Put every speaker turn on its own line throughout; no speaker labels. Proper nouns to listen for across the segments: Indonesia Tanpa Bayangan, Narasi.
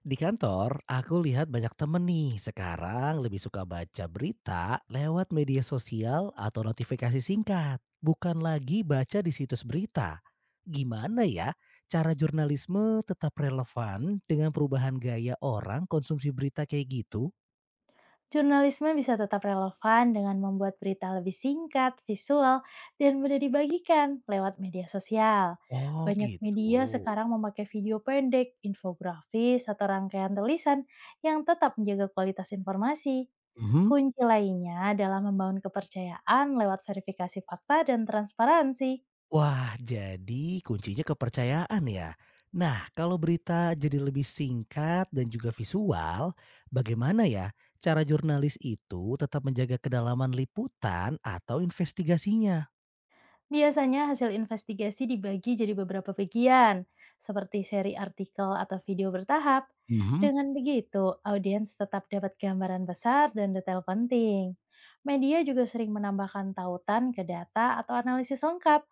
Di kantor, aku lihat banyak temen nih sekarang lebih suka baca berita lewat media sosial atau notifikasi singkat, bukan lagi baca di situs berita. Gimana ya cara jurnalisme tetap relevan dengan perubahan gaya orang konsumsi berita kayak gitu?
Jurnalisme bisa tetap relevan dengan membuat berita lebih singkat, visual, dan mudah dibagikan lewat media sosial.
Oh
Banyak media
gitu.
sekarang memakai video pendek, infografis, atau rangkaian tulisan yang tetap menjaga kualitas informasi.
Mhm.
Kunci lainnya adalah membangun kepercayaan lewat verifikasi fakta dan transparansi.
Wah, jadi kuncinya kepercayaan ya. Nah, kalau berita jadi lebih singkat dan juga visual, bagaimana ya cara jurnalis itu tetap menjaga kedalaman liputan atau investigasinya?
Biasanya hasil investigasi dibagi jadi beberapa bagian, seperti seri artikel atau video bertahap.
Mhm.
Dengan begitu, audiens tetap dapat gambaran besar dan detail penting. Media juga sering menambahkan tautan ke data atau analisis lengkap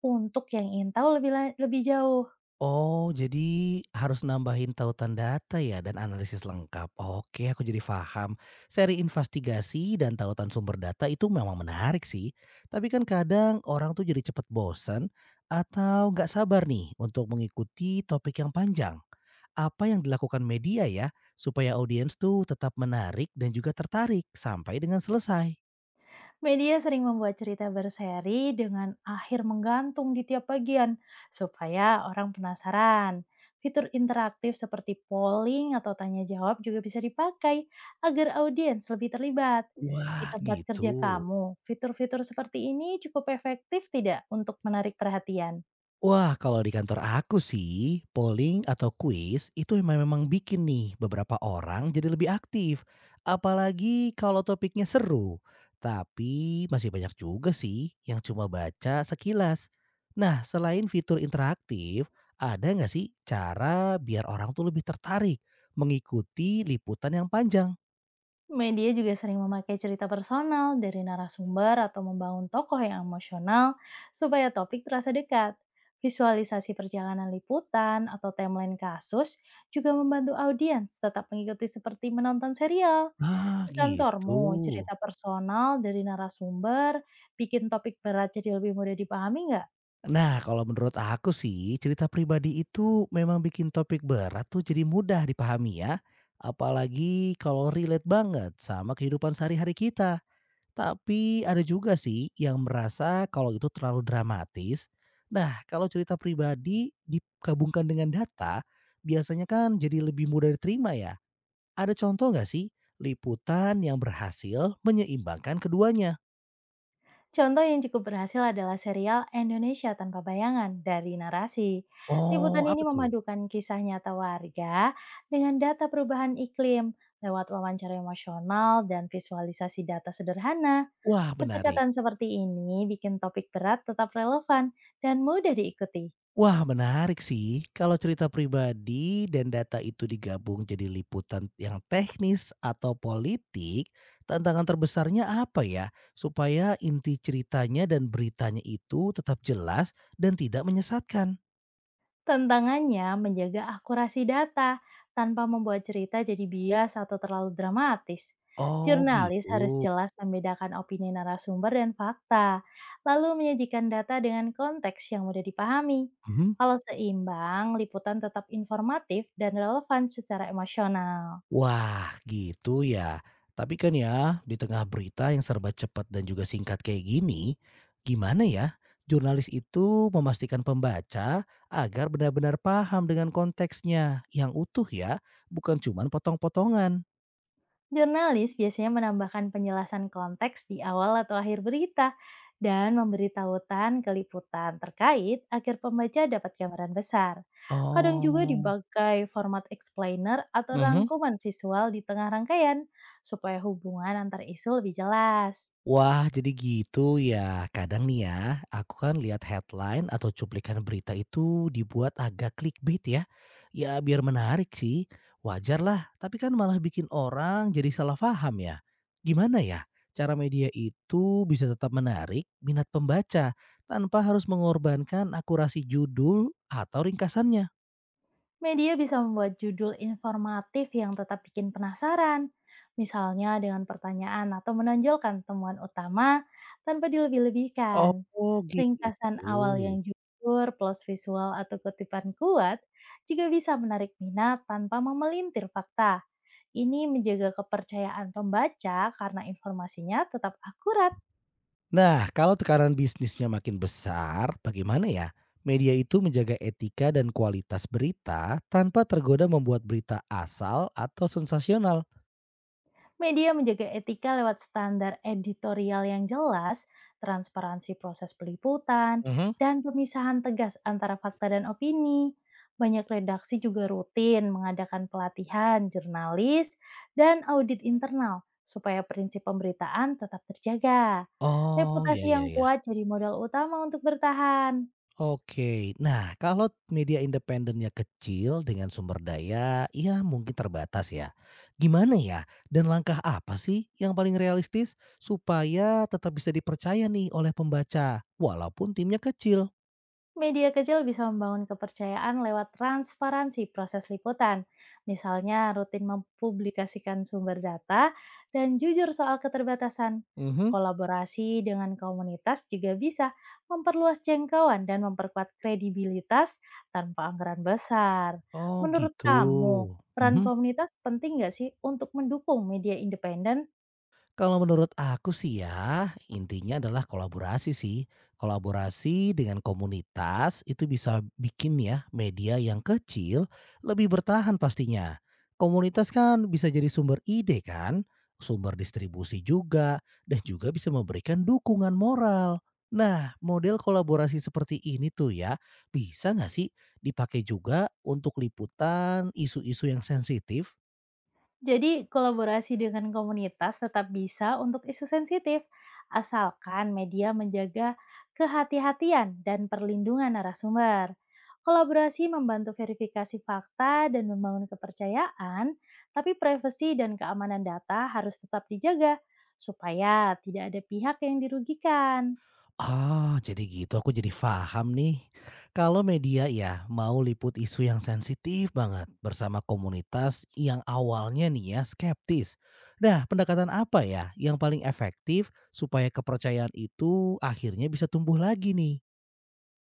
untuk yang ingin tahu lebih jauh.
Oh, jadi harus nambahin tautan data ya dan analisis lengkap. Oke, aku jadi paham. Seri investigasi dan tautan sumber data itu memang menarik sih. Tapi kan kadang orang tuh jadi cepet bosen atau nggak sabar nih untuk mengikuti topik yang panjang. Apa yang dilakukan media ya supaya audiens tuh tetap menarik dan juga tertarik sampai dengan selesai.
Media sering membuat cerita berseri dengan akhir menggantung di tiap bagian, supaya orang penasaran. Fitur interaktif seperti polling atau tanya jawab juga bisa dipakai agar audiens lebih terlibat. Di
Wah,
tempat
gitu.
kerja kamu, fitur-fitur seperti ini cukup efektif tidak untuk menarik perhatian?
Wah, kalau di kantor aku sih, polling atau kuis itu memang bikin nih beberapa orang jadi lebih aktif. Apalagi kalau topiknya seru. Tapi masih banyak juga sih yang cuma baca sekilas. Nah, selain fitur interaktif, ada nggak sih cara biar orang tuh lebih tertarik mengikuti liputan yang panjang?
Media juga sering memakai cerita personal dari narasumber atau membangun tokoh yang emosional supaya topik terasa dekat. Visualisasi perjalanan liputan atau timeline kasus juga membantu audiens tetap mengikuti seperti menonton serial.
Ah,
Di
gitu.
kantormu, cerita personal dari narasumber bikin topik berat jadi lebih mudah dipahami nggak?
Nah, kalau menurut aku sih, cerita pribadi itu memang bikin topik berat tuh jadi mudah dipahami ya. Apalagi kalau relate banget sama kehidupan sehari-hari kita. Tapi ada juga sih yang merasa kalau itu terlalu dramatis. Nah, kalau cerita pribadi digabungkan dengan data, biasanya kan jadi lebih mudah diterima ya. Ada contoh nggak sih liputan yang berhasil menyeimbangkan keduanya?
Contoh yang cukup berhasil adalah serial Indonesia Tanpa Bayangan dari Narasi. Liputan
Oh,
ini
apa tuh?
memadukan kisah nyata warga dengan data perubahan iklim lewat wawancara emosional dan visualisasi data sederhana.
Wah, menarik.
Pendekatan seperti ini bikin topik berat tetap relevan dan mudah diikuti.
Wah menarik sih, kalau cerita pribadi dan data itu digabung jadi liputan yang teknis atau politik, tantangan terbesarnya apa ya? Supaya inti ceritanya dan beritanya itu tetap jelas dan tidak menyesatkan.
Tantangannya menjaga akurasi data tanpa membuat cerita jadi bias atau terlalu dramatis.
Oh
Jurnalis
gitu.
harus jelas membedakan opini narasumber dan fakta, lalu menyajikan data dengan konteks yang mudah dipahami.
Mhm.
Kalau seimbang, liputan tetap informatif dan relevan secara emosional.
Wah, gitu ya. Tapi kan ya, di tengah berita yang serba cepat dan juga singkat kayak gini, gimana ya jurnalis itu memastikan pembaca agar benar-benar paham dengan konteksnya yang utuh ya, bukan cuman potong-potongan?
Jurnalis biasanya menambahkan penjelasan konteks di awal atau akhir berita dan memberi tautan ke liputan terkait agar pembaca dapat gambaran besar. Kadang juga
Oh.
dipakai format explainer atau
Mhm.
rangkuman visual di tengah rangkaian supaya hubungan antar isu lebih jelas.
Wah, jadi gitu ya. Kadang nih ya, aku kan lihat headline atau cuplikan berita itu dibuat agak clickbait ya. Ya biar menarik sih, wajar lah. Tapi kan malah bikin orang jadi salah paham ya. Gimana ya cara media itu bisa tetap menarik minat pembaca tanpa harus mengorbankan akurasi judul atau ringkasannya?
Media bisa membuat judul informatif yang tetap bikin penasaran, misalnya dengan pertanyaan atau menonjolkan temuan utama tanpa
Oh,
dilebih-lebihkan.
Oh
Ringkasan awal
gitu.
yang jujur plus visual atau kutipan kuat juga bisa menarik minat tanpa memelintir fakta. Ini menjaga kepercayaan pembaca karena informasinya tetap akurat.
Nah, kalau tekanan bisnisnya makin besar, bagaimana ya? Media itu menjaga etika dan kualitas berita tanpa tergoda membuat berita asal atau sensasional.
Media menjaga etika lewat standar editorial yang jelas, transparansi proses peliputan,
Mhm.
dan pemisahan tegas antara fakta dan opini. Banyak redaksi juga rutin mengadakan pelatihan jurnalis dan audit internal supaya prinsip pemberitaan tetap terjaga.
Oh, ya
Reputasi
ya
yang
ya.
kuat jadi modal utama untuk bertahan.
Oke. Nah, kalau media independennya kecil dengan sumber daya, ya mungkin terbatas ya. Gimana ya? Dan langkah apa sih yang paling realistis supaya tetap bisa dipercaya nih oleh pembaca walaupun timnya kecil?
Media kecil bisa membangun kepercayaan lewat transparansi proses liputan, misalnya rutin mempublikasikan sumber data dan jujur soal keterbatasan.
Mhm.
Kolaborasi dengan komunitas juga bisa memperluas jangkauan dan memperkuat kredibilitas tanpa anggaran besar.
Oh,
Menurut kamu,
gitu.
peran
Mhm.
komunitas penting nggak sih untuk mendukung media independen?
Kalau menurut aku sih ya, intinya adalah kolaborasi sih. Kolaborasi dengan komunitas itu bisa bikin ya media yang kecil lebih bertahan pastinya. Komunitas kan bisa jadi sumber ide kan, sumber distribusi juga, dan juga bisa memberikan dukungan moral. Nah, model kolaborasi seperti ini tuh ya, bisa nggak sih dipakai juga untuk liputan isu-isu yang sensitif?
Jadi, kolaborasi dengan komunitas tetap bisa untuk isu sensitif, asalkan media menjaga kehati-hatian dan perlindungan narasumber. Kolaborasi membantu verifikasi fakta dan membangun kepercayaan, tapi privasi dan keamanan data harus tetap dijaga supaya tidak ada pihak yang dirugikan.
Oh, jadi gitu. Aku jadi paham nih. Kalau media ya mau liput isu yang sensitif banget bersama komunitas yang awalnya nih ya skeptis. Nah, pendekatan apa ya yang paling efektif supaya kepercayaan itu akhirnya bisa tumbuh lagi nih?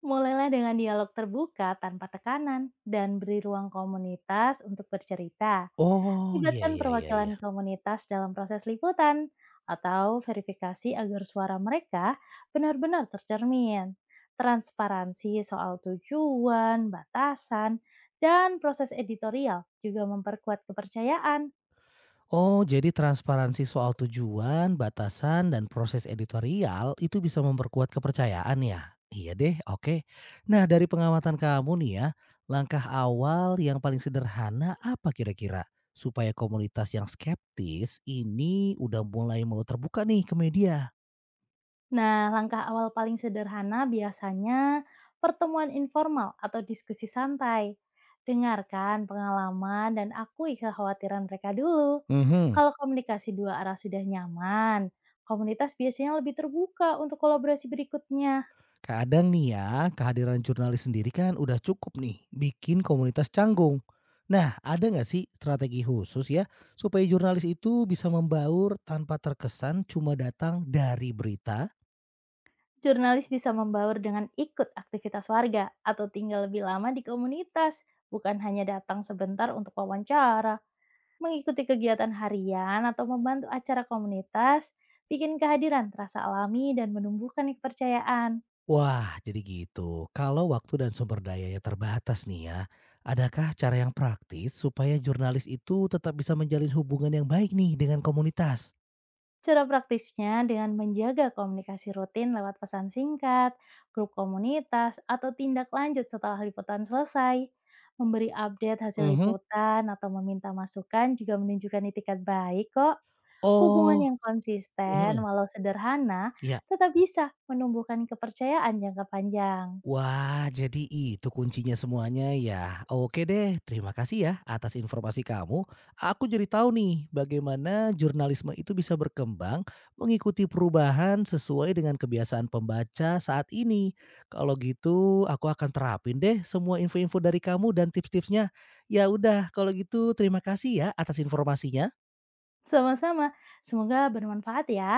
Mulailah dengan dialog terbuka tanpa tekanan dan beri ruang komunitas untuk bercerita.
Oh, iya
Libatkan
iya iya iya.
perwakilan komunitas dalam proses liputan atau verifikasi agar suara mereka benar-benar tercermin. Transparansi soal tujuan, batasan, dan proses editorial juga memperkuat kepercayaan.
Oh, jadi transparansi soal tujuan, batasan, dan proses editorial itu bisa memperkuat kepercayaan ya? Iya deh, oke. Nah, dari pengamatan kamu nih ya, langkah awal yang paling sederhana apa kira-kira? Supaya komunitas yang skeptis ini udah mulai mau terbuka nih ke media.
Nah, langkah awal paling sederhana biasanya pertemuan informal atau diskusi santai. Dengarkan pengalaman dan akui kekhawatiran mereka dulu.
Mhm.
Kalau komunikasi dua arah sudah nyaman, komunitas biasanya lebih terbuka untuk kolaborasi berikutnya.
Kadang nih ya, kehadiran jurnalis sendiri kan udah cukup nih bikin komunitas canggung. Nah, ada nggak sih strategi khusus ya supaya jurnalis itu bisa membaur tanpa terkesan cuma datang dari berita?
Jurnalis bisa membaur dengan ikut aktivitas warga atau tinggal lebih lama di komunitas, bukan hanya datang sebentar untuk wawancara. Mengikuti kegiatan harian atau membantu acara komunitas, bikin kehadiran terasa alami dan menumbuhkan kepercayaan.
Wah, jadi gitu. Kalau waktu dan sumber dayanya terbatas nih ya, adakah cara yang praktis supaya jurnalis itu tetap bisa menjalin hubungan yang baik nih dengan komunitas?
Cara praktisnya dengan menjaga komunikasi rutin lewat pesan singkat, grup komunitas, atau tindak lanjut setelah liputan selesai. Memberi update hasil
Mhm.
liputan atau meminta masukan juga menunjukkan itikat baik kok. Hubungan
Oh,
yang konsisten,
mhm.
walau sederhana,
Ya.
tetap bisa menumbuhkan kepercayaan jangka panjang.
Wah, jadi itu kuncinya semuanya ya. Oke deh, terima kasih ya atas informasi kamu. Aku jadi tahu nih bagaimana jurnalisme itu bisa berkembang mengikuti perubahan sesuai dengan kebiasaan pembaca saat ini. Kalau gitu, aku akan terapin deh semua info-info dari kamu dan tips-tipsnya. Ya udah, kalau gitu terima kasih ya atas informasinya.
Sama-sama, semoga bermanfaat ya.